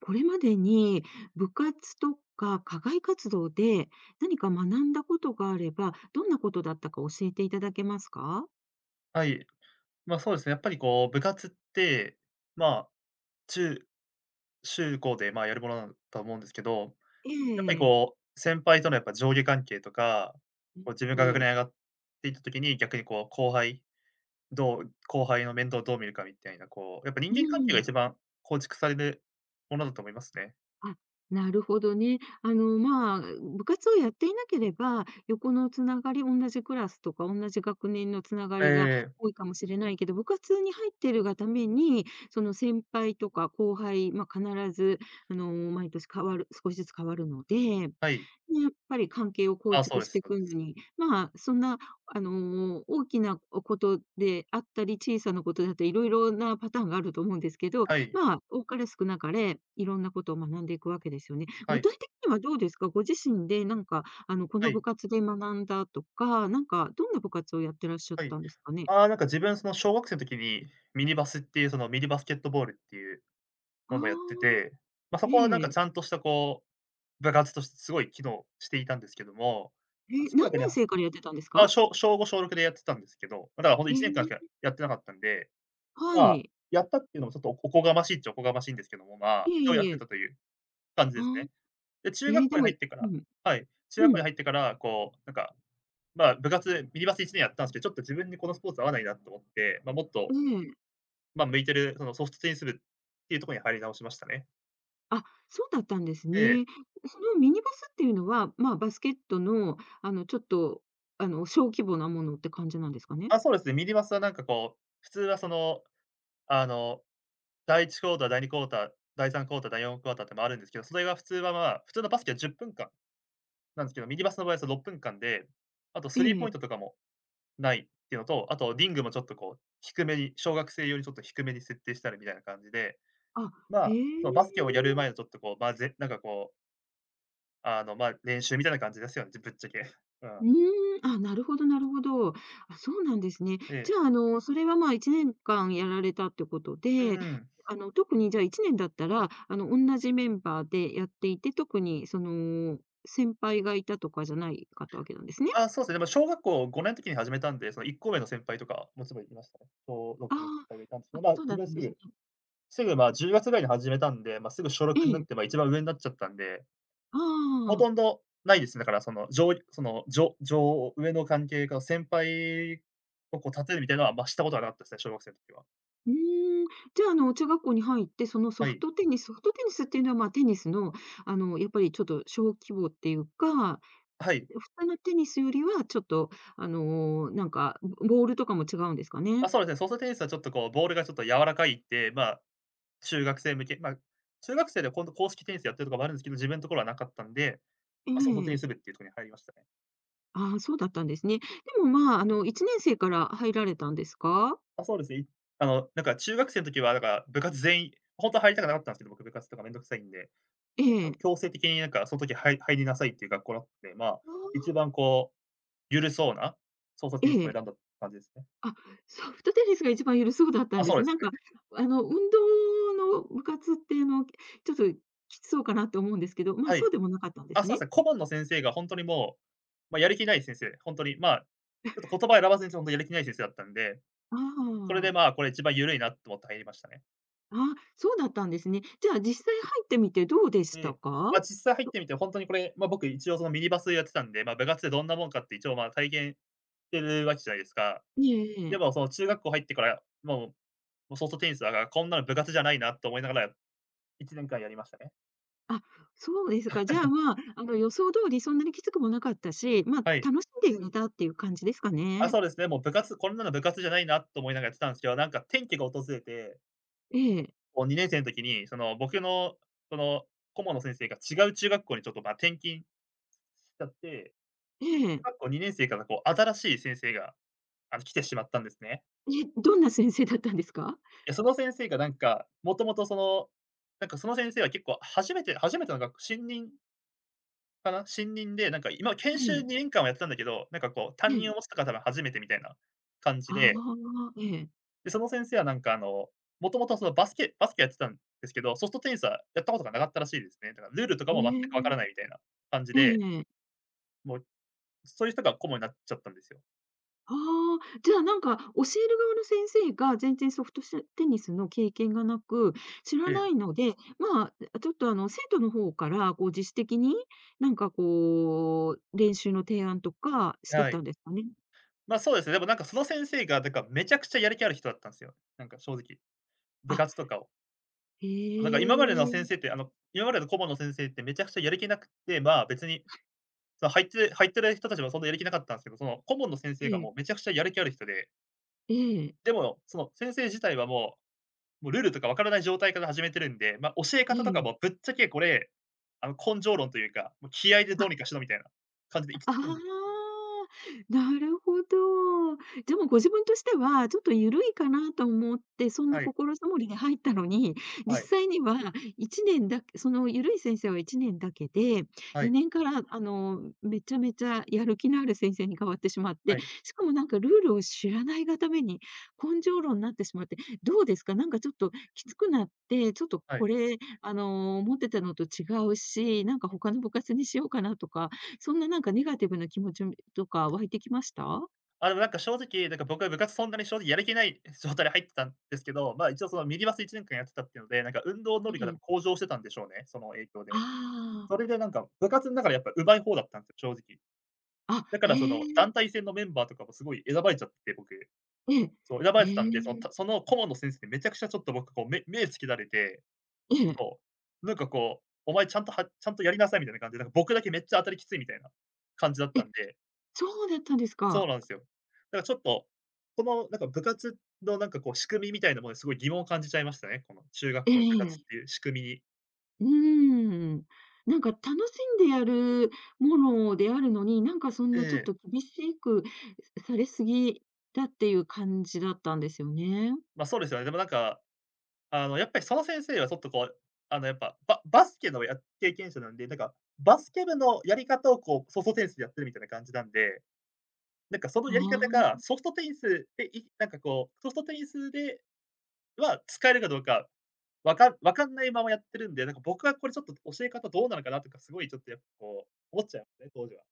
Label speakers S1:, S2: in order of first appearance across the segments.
S1: これまでに部活とか課外活動で何か学んだことがあれば、どんなことだったか教えていただけますか？
S2: はい。ま、そうですね、やっぱりこう部活って、まあ、中中高で、ま、やるものだと思うんですけど、
S1: え
S2: やっぱり
S1: え。
S2: こう、先輩とのやっぱ上下関係とか、こう自分
S1: うん、
S2: が学
S1: え
S2: 年上
S1: え。
S2: がっていった時に、逆にこうどう後輩の面倒をどう見るかみたいな、こう、やっぱ人
S1: う
S2: 間関係が
S1: ん。
S2: 一番構築されるものだと思いますね。
S1: あ、なるほどね。まあ、部活をやっていなければ、横のつながり、同じクラスとか同じ学年のつなが
S2: え
S1: りが
S2: え、
S1: 多いかもしれないけど、部活に入ってるがために、その先輩とか後輩、まあ、必ず毎年変わる少しずつ変わるので
S2: はい。
S1: でやっぱり関係を構
S2: あ、そう
S1: 築
S2: で
S1: し
S2: す
S1: てい
S2: そうで
S1: くの
S2: す。
S1: に、まあ、そんな、大きなことであったり、小さなことだったり、いろいろなパターンがあると思うんですけど、
S2: はい、
S1: まあ、多かれ少なかれ、いろんなことを学んでいくわけですよね。
S2: は
S1: 具
S2: い、
S1: 体的にはどうですか？ご自身でなんか、こ
S2: は
S1: の部
S2: い、
S1: 活で学んだとか、なんか、どんな部活をやってらっしゃっ
S2: はい。
S1: たんですかね？
S2: ああ、なんか自分その小学生の時に、ミニバスっていうそのミニバスケットボールっていう
S1: あ
S2: ものをやって
S1: あ、
S2: て、まあ、そ
S1: え
S2: こはなんかちゃ
S1: え。
S2: んとしたこう、部活としてすごい機能していたんですけども、
S1: え、
S2: ま、中
S1: 何
S2: 学で
S1: 年生からやってたんです
S2: あ、
S1: か？
S2: しょ小5、小6でやってたんですけど、ま、だからほんと
S1: へ
S2: 1年間しか
S1: え、
S2: やってなかったんで、
S1: は
S2: まあ、
S1: い。
S2: やったっていうのもちょっとおこがましいっちゃおこがましいんですけども、ま
S1: い
S2: あ、一
S1: え
S2: 応やっ
S1: い
S2: て
S1: え。
S2: たという感じ
S1: あ
S2: です
S1: あ、
S2: ね。で、中
S1: ええ、
S2: 学
S1: で
S2: 校に
S1: も
S2: 入ってか
S1: う
S2: ら、
S1: ん、
S2: はい、中学
S1: う
S2: 校に
S1: ん、
S2: 入ってから、こう、なんか、まあ、部活ミニバス1年やったんすけど、ちょっと自分にこのスポーツ合わないなと思って、ま、もっ
S1: え
S2: と、
S1: え。
S2: ま、向いてるそのソフトテニス部っていうとこに入り直しましたね。
S1: あ、そうだったんです
S2: ええ。
S1: ね。そのミニバスっていうのは、まあ、バスケットの、ちょっと、小規模なものって感じなんですかね？
S2: あ、そうですね。ミニバスはなんかこう、普通はその、あの、第1クォーター、第2クォーター、第3クォーター、第4クォーターってもあるんですけど、それが普通はまあ、普通のバスケは10分間なんですけど、ミニバスの場合はその6分間で、あと
S1: え
S2: スリーポイ
S1: え。
S2: ントとかもないっていうのと、あとリングもちょっとこう、低めに、小学生用にちょっと低めに設定したりみたいな感じで、
S1: あ、
S2: ま
S1: へ
S2: あ、そのバスケ
S1: え。
S2: をやる前のちょっとこう、まあ、なんかこう、あの、まあ、練習みたいな感じですよね、ぶっちゃけ。うん。
S1: うーん、あ、なるほどなるほど。あ、そうなんですね。
S2: で、
S1: じゃあ、それは、まあ、1年間やられたってこと
S2: う
S1: で、
S2: ん。
S1: 特にじゃあ1年だったら、同じメンバーでやっていて、特にその、先輩がいたとかじゃないかったわけなんですね。
S2: あ、そうですね。でも小学校5年の時に始めたんで、その1校目の先輩とか、もちろんいましたね。小
S1: あ
S2: 6の先輩がいたんですけ
S1: あ、
S2: ど、
S1: あ、
S2: まあ、
S1: そう
S2: 自
S1: だっ
S2: 分
S1: たん
S2: す
S1: です
S2: ぐ
S1: ね。
S2: すぐ、まあ、10月ぐらいに始めたんで、まあ、すぐ初
S1: え
S2: 六になっ
S1: え、
S2: て、まあ、一番上になっちゃったんで、
S1: あ
S2: ほと
S1: あ。
S2: んどないですね。だからその、上の関係が先輩をこう立てるみたいなのは、まあ、したことはなかったですね、小学生の時は。
S1: うーん、じゃあ、中学校に入って、そのソ
S2: は
S1: フ
S2: い。
S1: トテニスっていうのは、まあ、テニスの、やっぱりちょっと小規模っていうか、
S2: はい。
S1: 普通のテニスよりはちょっと、なんか、ボールとかも違うんですか
S2: あ、
S1: ね？
S2: そうですね。ソフトテニスはちょっとこうボールがちょっと柔らかいってまあ、中学生向け、まあ、中学生で今度公式テニスやってるとかもあるんですけど、自分のところはなかったんで、
S1: え
S2: ま、早卒
S1: え。
S2: にすぐっていうところに入りましたね。
S1: ああ、そうだったんですね。でも、まあ、1年生から入られたんですか？
S2: あ、そうですね。あの、なんか中学生の時はなんか部活全員ほんとは入りたくなかったんですけど、僕部活とかめんどくさいんで、なんか
S1: ええ。
S2: 強制的になんかその時、はい入りなさいっていう学校だったんで、まあ、
S1: あ
S2: 一
S1: あ、
S2: 番こう緩そうな総
S1: え
S2: 卒にすを
S1: え。
S2: 選んだ感じですね。
S1: あ、ソフトテニスが一番緩そうだった
S2: あ、
S1: んで
S2: そ
S1: す
S2: うで
S1: ね。
S2: す
S1: なん
S2: ね。
S1: か、運動の部活って、ちょっときつそうかなって思うんですけど、まあ、
S2: は
S1: そ
S2: い。
S1: うでもなかったんで
S2: あ、
S1: す
S2: そうで
S1: ね？
S2: すね、顧問の先生がほんとにもう、ま、やる気ない先生、ほんとに、まあ、ちょっと言葉選ばずにやる気ない先生だったんで、
S1: あ
S2: それで
S1: あ、
S2: まあ、これ一番緩いなと思って入りましたね。
S1: あ、そうだったんですね。じゃあ実際入ってみてどうでし
S2: え
S1: た
S2: え。
S1: か？
S2: ま、実際入っ
S1: と
S2: てみてほんとにこれ、ま、僕一応そのミニバスやってたんで、ま、部活でどんなもんかって一応、ま、体験してるわけじゃないですか。
S1: えええ
S2: で
S1: え。
S2: もその中学校入ってから、もうソフトテニスは、あ、こんなの部活じゃないなと思いながら1年間やりましたね。
S1: あ、そうですか。じゃあ、まあ、予想通りそんなにきつくもなかったし、まあ、
S2: はい。
S1: 楽しんでやれたっていう感じですか
S2: あ、
S1: ね？
S2: そうですね、もう部活こんなの部活じゃないなと思いながらやってたんですけど、なんか転機が訪れて、
S1: ええ、
S2: こう2年生の時に、その僕のその顧問の先生が違う中学校にちょっと、ま、転勤しちゃって、
S1: え
S2: 中
S1: え。
S2: 学校2年生からこう新しい先生が、あの、来てしまったんですね。
S1: え、どんな先生だったんですか？
S2: いや、その先生がなんか、もともとその、なんかその先生は結構初めてのが新任かな？新任で、なんか今研
S1: え
S2: 修
S1: え、
S2: 2年間はやってたんだけど、なんかこう
S1: え
S2: 担任
S1: え。
S2: を持つのが多分初めてみたいな感じ
S1: あ
S2: で、
S1: あ、ええ。
S2: で、その先生はなんかあの、もともとそのバスケやってたんですけど、ソフトテニスはやったことがなかったらしいですね。だからルールとか
S1: え
S2: も全くわから
S1: え、
S2: ないみたいな感じ
S1: え
S2: で、
S1: え。
S2: もうそういう人が顧問になっちゃったんですよ。
S1: ああ、じゃあ、なんか、教える側の先生が全然ソフトテニスの経験がなく、知らな
S2: え
S1: いので、まあ、あ、ちょっと、生徒の方から、こう、自主的に、なんか、こう、練習の提案とかし
S2: え、
S1: て
S2: は
S1: た
S2: い。
S1: んですかね？
S2: ま、そうですね、でもなんかその先生がだからめちゃくちゃやる気ある人だったんですよ。なんか正直。部
S1: あ、
S2: 活とかを
S1: へ
S2: なんから今までの先
S1: え。
S2: 生って、あの、今までの顧問の先生ってめちゃくちゃやる気なくて、まあ、別に、その入ってる人たちはそんなやる気なかったんですけど、その顧問の先
S1: え
S2: 生が
S1: え。
S2: もうめちゃくちゃやる気ある人で、
S1: ええ。
S2: でも、その先生自体はもう、ルールとかわからない状態から始めてるんで、ま、教え
S1: え
S2: 方とか
S1: え。
S2: もぶっちゃけこれ、あの、根性論というか、もう気合でどうにかしろみたいな感じで行き
S1: あ
S2: 着くんですよ。
S1: あ、なるほど。じゃ、もご自分としては、ちょっとゆるいかなと思って、そんな
S2: はい、
S1: 心づもりで入ったのに、実
S2: はい、
S1: 際には1年だけそのゆるい先生は1年だけで、
S2: はい、
S1: 2年から、めちゃめちゃやる気のある先生に変わってしまっ
S2: は
S1: て、
S2: い、
S1: しかもなんかルールを知らないがために、根性論になってしまって、どうですか？なんかちょっときつくなって、ちょっと
S2: は
S1: こ
S2: い。
S1: れ、思ってたのと違うし、なんか他の部活にしようかなとか、そんななんかネガティブな気持ちとか湧いてきました？
S2: あ、でもなんか正直、なんか僕は部活そんなに正直やる気ない状態で入ってたんですけど、まあ、一応そのミニバス1年間やってたっていうので、なんか運動能
S1: え
S2: 力が多分
S1: え。
S2: 向上してたんでしょうね、その影響で。
S1: あ
S2: それでなんか部活の中でやっぱ上手い方だったんですよ、正直。
S1: あ、あ、
S2: だか
S1: へ
S2: らそ
S1: え、
S2: の団体戦のメンバーとかもすごい選ばれちゃって、僕。
S1: ええ、
S2: そう、選ば
S1: へ
S2: れてたんで、その
S1: え、
S2: たその顧問の先生にめちゃくちゃちょっと僕こう、目つけられて、
S1: ええ、
S2: そう、なんかこう、お前ちゃんとやりなさいみたいな感じで、なんか僕だけめっちゃ当たりきついみたいな感じだった
S1: え、
S2: んで、
S1: そうだったんです
S2: そう
S1: か。
S2: なんですよ。だからちょっと、このなんか部活のなんかこう仕組みみたいなものにすごい疑問を感じちゃいましたね。この中学
S1: え
S2: 校の部活っ
S1: え、
S2: ていう仕組みに。
S1: うーん。なんか楽しんでやるものであるのに、なんかそん
S2: え
S1: なちょっ
S2: え。
S1: と厳しくされすぎだっていう感じだったんですよね。
S2: ま、そうですよね。でもなんか、あのやっぱりその先生はちょっとこう、あのやっぱ、バスケの経験者なんで、なんかバスケ部のやり方をこうソフトテニスでやってるみたいな感じなんで、なんかその
S1: あ
S2: やり方
S1: あ。
S2: がソフトテニスでは使えるかどうかわかんないままやってるんで、なんか僕はこれちょっと教え方どうなのかなとか、すごいちょっとやっぱこう、思っちゃいますね、当時は。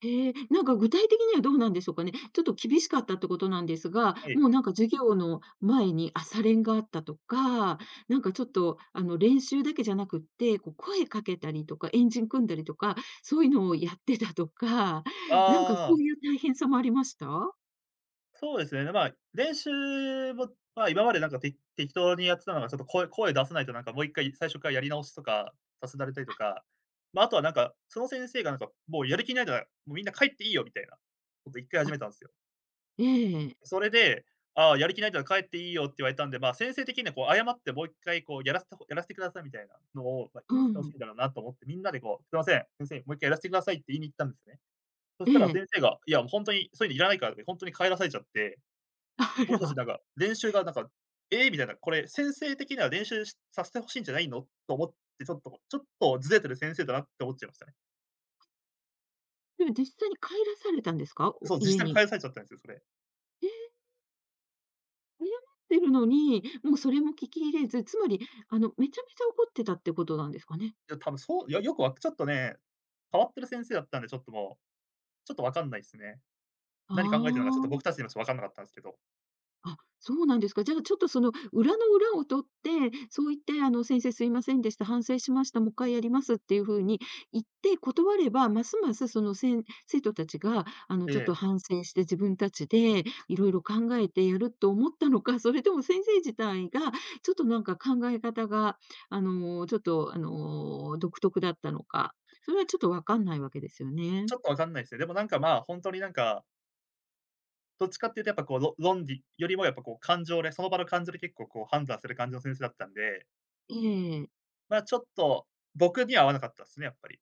S1: へえ、なんか具体的にはどうなんでしょうかね。ちょっと厳しかったってことなんですが、
S2: はい。
S1: もうなんか授業の前に朝練があったとか、なんかちょっとあの練習だけじゃなくって、こう声かけたりとか、エンジン組んだりとか、そういうのをやってたとか、なんか
S2: あ
S1: そう
S2: あ、
S1: いう大変さもありました
S2: そうですね。まあ、練習も、まあ、今まで適当にやってたのが、ちょっと声出さないとなんかもう一回最初からやり直しとかさせられたりとか、まあ、あとはなんか、その先生がなんか、もうやる気ないなら、もうみんな帰っていいよみたいなこと一回始
S1: あ、
S2: めたんですよ。
S1: ええ、
S2: それで、ああ、やる気ないから帰っていいよって言われたんで、まあ、先生的にはこう謝ってもう一回こうやらせてくださいみたいなのを、ま、言いに
S1: う
S2: 来て欲し
S1: ん、
S2: いんだろうなと思って、みんなでこう、すいません、先生、もう一回やらせてくださいって言いに行ったんですね。そ
S1: え
S2: したら
S1: え。
S2: 先生が、いや、もうほんとにそういうのいらないからって、ほんとに帰らされちゃって、
S1: あ
S2: 僕たち
S1: ら、
S2: なんか練習がなんか、ええ、みたいな、これ先生的には練習しさせて欲しいんじゃないのと思って、ちょっとずれてる先生だなって思っちゃいましたね。
S1: でも実際に帰らされたんですかお
S2: そう、実
S1: 家
S2: 際に帰
S1: に。
S2: らされちゃったんですよ、それ。い
S1: ええ、謝ってるのに、もうそれも聞き入れず、つまり、めちゃめちゃ怒ってたってことなんですかね。
S2: や、多分そう、いや、よくわちょっとね、変わってる先生だったんで、ちょっともうちょっとわかんないですね。何考えてるのかちょっ
S1: あ
S2: と僕たちにもちょっとわかんなかったんですけど。
S1: あ、あ、そうなんですか。じゃあ、ちょっとその裏の裏を取って、そう言って、「先生すいませんでした。反省しました。もう一回やります」っていう風に言って断れば、ますますその、生徒たちが、
S2: え
S1: ちょっと
S2: え、
S1: 反省して自分たちでいろいろ考えてやると思ったのか、それとも先生自体がちょっとなんか考え方が、ちょっと、独特だったのか、それはちょっとわかんないわけですよね。
S2: ちょっとわかんないですね。でもなんか、まあ、ほんとになんか、どっちかっていうとやっぱこう、論理よりもやっぱこう感情で、その場の感情で結構こう判断する感じの先生だったんで、
S1: ええ。
S2: ま、ちょっと僕には合わなかったっすね、やっぱり。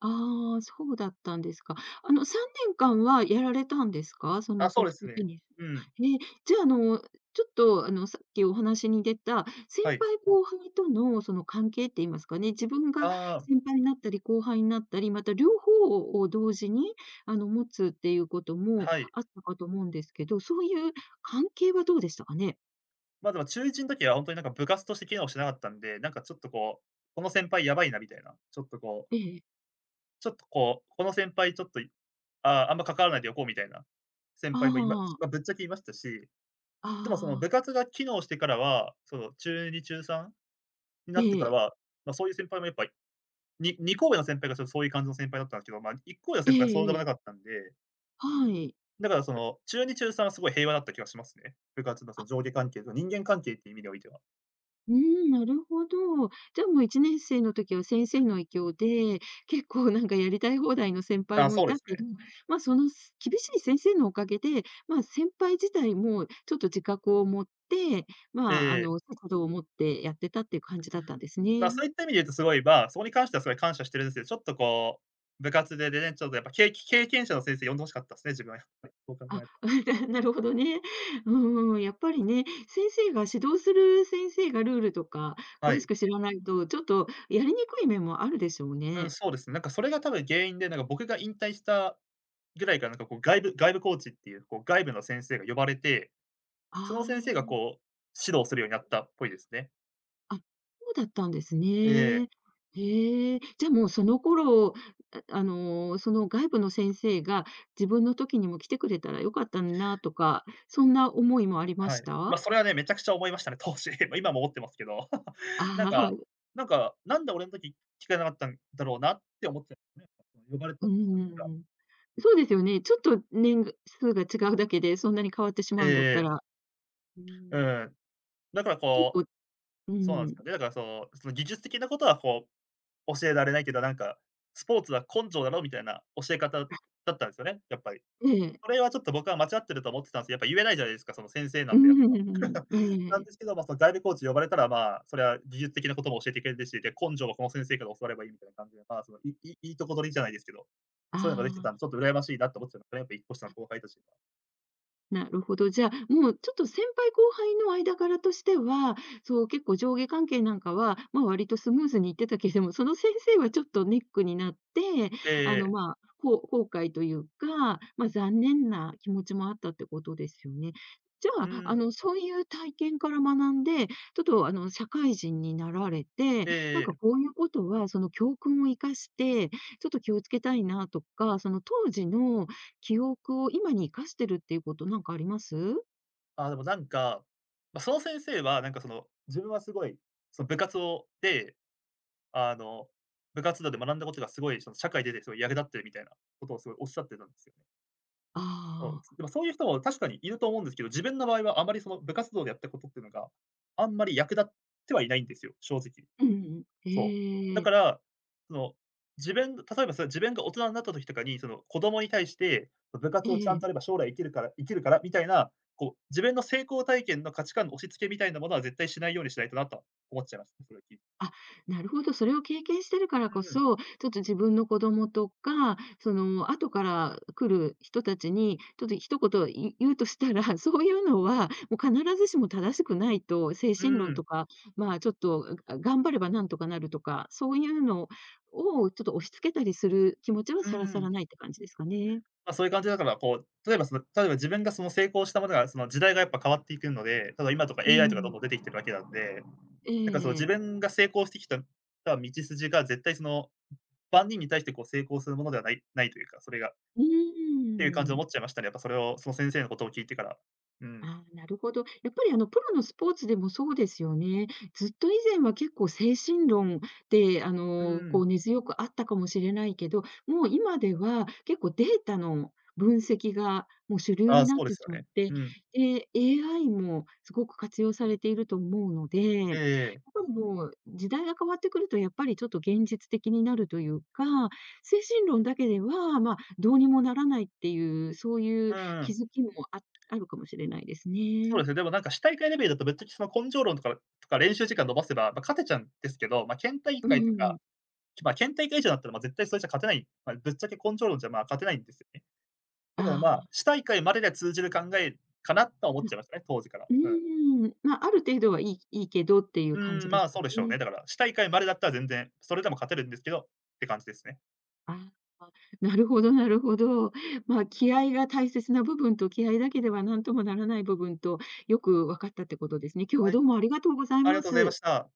S1: ああ、そうだったんですか。3年間はやられたんですか？その
S2: あ、そ
S1: ソ
S2: うで
S1: フ
S2: す
S1: トテ
S2: ね。
S1: ニス。
S2: うん、
S1: ええ、じゃあ、ちょっと、さっきお話に出た、先
S2: はい。
S1: 輩後輩とのその関係って言いますかね、自分が
S2: ああ、
S1: 先輩になったり、後輩になったり、また両方を同時に、持つっていうことも
S2: はい。
S1: あったかと思うんですけど、そういう関係はどうでしたかね？
S2: ま、でも中1ん時はほんとになんか部活として機能してなかったんで、なんかちょっとこう、この先輩やばいなみたいな、ちょっとこう
S1: ええ。
S2: ちょっとこう、この先輩ちょっとああ、あんま関わらないでおこうみたいな先
S1: あ
S2: 輩もいまま、
S1: あ、
S2: ぶっちゃけいましたし、でもその
S1: ああ、
S2: 部活が機能してからは、その中2、中3に
S1: え
S2: なってから
S1: え、
S2: は、ま、そういう先輩もやっぱ、に2校上の先輩がちょっとそういう感じの先輩だったんですけど、ま、1校上の
S1: え
S2: 先輩はそうで
S1: え
S2: も
S1: え
S2: なかっ
S1: え、
S2: たんで、
S1: はい。
S2: だからその中2、中3はすごい平和だった気がしますね。部活のその上下関係と人間関係っていう意味においては。
S1: うーん、なるほど。じゃあもう1年生の時は先生の影響で、結構なんかやりたい放題の先輩
S2: あ、
S1: も
S2: そ
S1: い
S2: うで
S1: た
S2: す
S1: け
S2: ね。
S1: ど、ま、あその厳しい先生のおかげで、ま、あ先輩自体もちょっと自覚を持って、まあ、
S2: ええ、
S1: 節度を持ってやってたっていう感じだったんです
S2: ま、
S1: ね。
S2: そういった意味で言うとすごい、ま、そこに関してはすごい感謝してるんですけど、ちょっとこう、部活ででね、ちょっとやっぱけいき経験者の先生呼んで欲しかったですね、自分はやっぱり、そう考え
S1: あ、
S2: ると。
S1: なるほどね。ううん、やっぱりね、先生が指導する先生がルールとか
S2: は
S1: 詳し
S2: い。
S1: く知らないと、ちょっとやりにくい面もあるでしょう
S2: うん、
S1: ね。
S2: そうですね。なんかそれが多分原因で、なんか僕が引退したぐらいから、なんかこう外部コーチっていう、こう外部の先生が呼ばれて、
S1: あ
S2: その先生が
S1: あ。
S2: こう、指導するようになったっぽいですね。
S1: あ、そうだったんです
S2: ええ、
S1: ね。へえ。じゃあもうその頃、その外部の先生が自分の時にも来てくれたら良かったなとか、そんな思いもありま
S2: は
S1: し
S2: い。
S1: た？
S2: まあ、それはね、めちゃくちゃ思いましたね、当時。ま、今も思ってますけど。なん
S1: あ
S2: か
S1: あ、
S2: なんか、なんで俺の時聞かなかったんだろうなって思ってたんですね。呼ばれた
S1: うん。そうですよね。ちょっと数が違うだけで、そんなに変わってし
S2: え
S1: まうんだった
S2: ええ。
S1: ら。う
S2: う
S1: ん。
S2: ん。だから
S1: 結
S2: こう
S1: 構う
S2: そうなんです
S1: ん。
S2: よね。だからそうその技術的なことは教えられないけど、なんか、スポーツは根性だろみたいな教え方だったんですよね、やっぱり。
S1: ええ。
S2: それはちょっと僕は間違ってると思ってたんですけど、やっぱ言えないじゃないですか、その先生な
S1: ん
S2: んでやっぱ。
S1: ううん。
S2: な
S1: え
S2: ん
S1: え。
S2: ですけど、まあ、その外部コーチ呼ばれたら、まあ、それは技術的なことも教えてくれるし、で、根性はこの先生から教わればいいみたいな感じで、まあ、その、いいとこ取りじゃないですけど、そういうのができて
S1: あ
S2: たんで、
S1: あ。
S2: ちょっと羨ましいなって思ってたんですね、やっぱ一歩下の後輩たちには。
S1: なるほど。じゃあ、もうちょっと先輩後輩の間柄としては、そう、結構上下関係なんかは、まあ、割とスムーズにいってたけれども、その先生はちょっとネックになって、
S2: ええ、
S1: まあ、こう後悔というか、まあ、残念な気持ちもあったってことですよね。じゃ
S2: う
S1: あ、
S2: ん、
S1: そういう体験から学んで、ちょっと、社会人になられて、
S2: え
S1: なん
S2: え
S1: か
S2: え。
S1: こういうことは、その教訓を生かして、ちょっと気をつけたいなとか、その当時の記憶を今に生かしてるっていうことなんかあります？
S2: ああ、でもなんか、ま、その先生は、なんかその、自分はすごい、その部活をであの、部活動で学んだことがすごい、その社会出てすごい役立ってるみたいなことをすごいおっしゃってたんですよね。そ
S1: ああ
S2: う、でもそういう人も確かにいると思うんですけど、自分の場合はあまりその部活動でやったことっていうのが、あんまり役立ってはいないんですよ、正直。
S1: ー、うんうん。
S2: そう。
S1: え
S2: だ
S1: え、
S2: から、その、自分例えばそれ自分が大人になった時とかに、その子供に対して、部
S1: え
S2: 活をちゃんとやれば
S1: え。
S2: 将来生きるから生きるからみたいな、こう、自分の成功体験の価値観の押し付けみたいなものは絶対しないようにしないとなと思っちゃいますね、それを聞いて。
S1: あ、なるほど、それを経験してるから
S2: う
S1: こ
S2: ん、
S1: そ、ちょっと自分の子供とか、その後から来る人たちに、ちょっと一言言うとしたら、そういうのは、もう必ずしも正しくないと、精
S2: う
S1: 神論
S2: ん、
S1: とか、まあ、ちょっと、頑張ればなんとかなるとか、そういうのをちょっと押し付けたりする気持ちは
S2: う
S1: さらさら
S2: ん。
S1: ないって感じですかね。
S2: ま、そういう感じだから、こう、例えば自分がその成功したものが、その時代がやっぱ変わっていくので、ただ今とか
S1: う
S2: AI とかどん
S1: ん、
S2: どん出てきてるわけなんで、
S1: え
S2: なんかその自
S1: え。
S2: 分が成功してきた道筋が絶対その、万人に対してこう成功するものではないというか、それがっ
S1: うー
S2: ていう感じを
S1: ん。
S2: 思っちゃいましたね。やっぱそれを、その先生のことを聞いてから。うん。
S1: ああ、なるほど。やっぱりプロのスポーツでもそうですよね。ずっと以前は結構精神論で、
S2: うー
S1: こ
S2: ん。
S1: う根強くあったかもしれないけど、もう今では結構データの分析がもう主流
S2: ああ、
S1: になっ
S2: そうで
S1: て
S2: すよ
S1: しまっ
S2: ね。
S1: て、
S2: うん。
S1: で、AI もすごく活用されていると思うので、やっ
S2: ええええ。
S1: ぱりもう時代が変わってくるとやっぱりちょっと現実的になるというか、精神論だけでは、まあ、どうにもならないっていう、そういう
S2: うんう
S1: 気
S2: ん。
S1: づきもあるかもしれないです
S2: そう
S1: ね。
S2: ですね、でもなんか、市大会レベルだとぶっちゃけその根性論とか練習時間延ばせば、ま、勝てちゃうんですけど、ま、県大
S1: う
S2: 会とか
S1: ん
S2: まあ、県大会以上だったら、ま、絶対それじゃ勝てない、まあ、ぶっちゃけ根性論じゃ、ま、勝てないんですよね。だ
S1: あ
S2: からまあ、
S1: あ、
S2: 市大会までで通じる考えかなとは思
S1: う
S2: っ
S1: ん、
S2: ちゃいましたね、当時から。うん。
S1: まあ、ある程度はいいけどっていう
S2: う
S1: 感
S2: ー
S1: じ
S2: ん、
S1: で
S2: ま
S1: す
S2: あ、
S1: か
S2: そうでしょう
S1: ね。
S2: ね。だから、市大会までだったら全然、それでも勝てるんですけどって感じですね。
S1: ああ、なるほどなるほど。まあ、気合が大切な部分と、気合だけでは何ともならない部分と、よく分かったってことですね。今日は
S2: はい、
S1: どうもありがとうござい
S2: ありが
S1: ま
S2: とうございま
S1: す。
S2: した。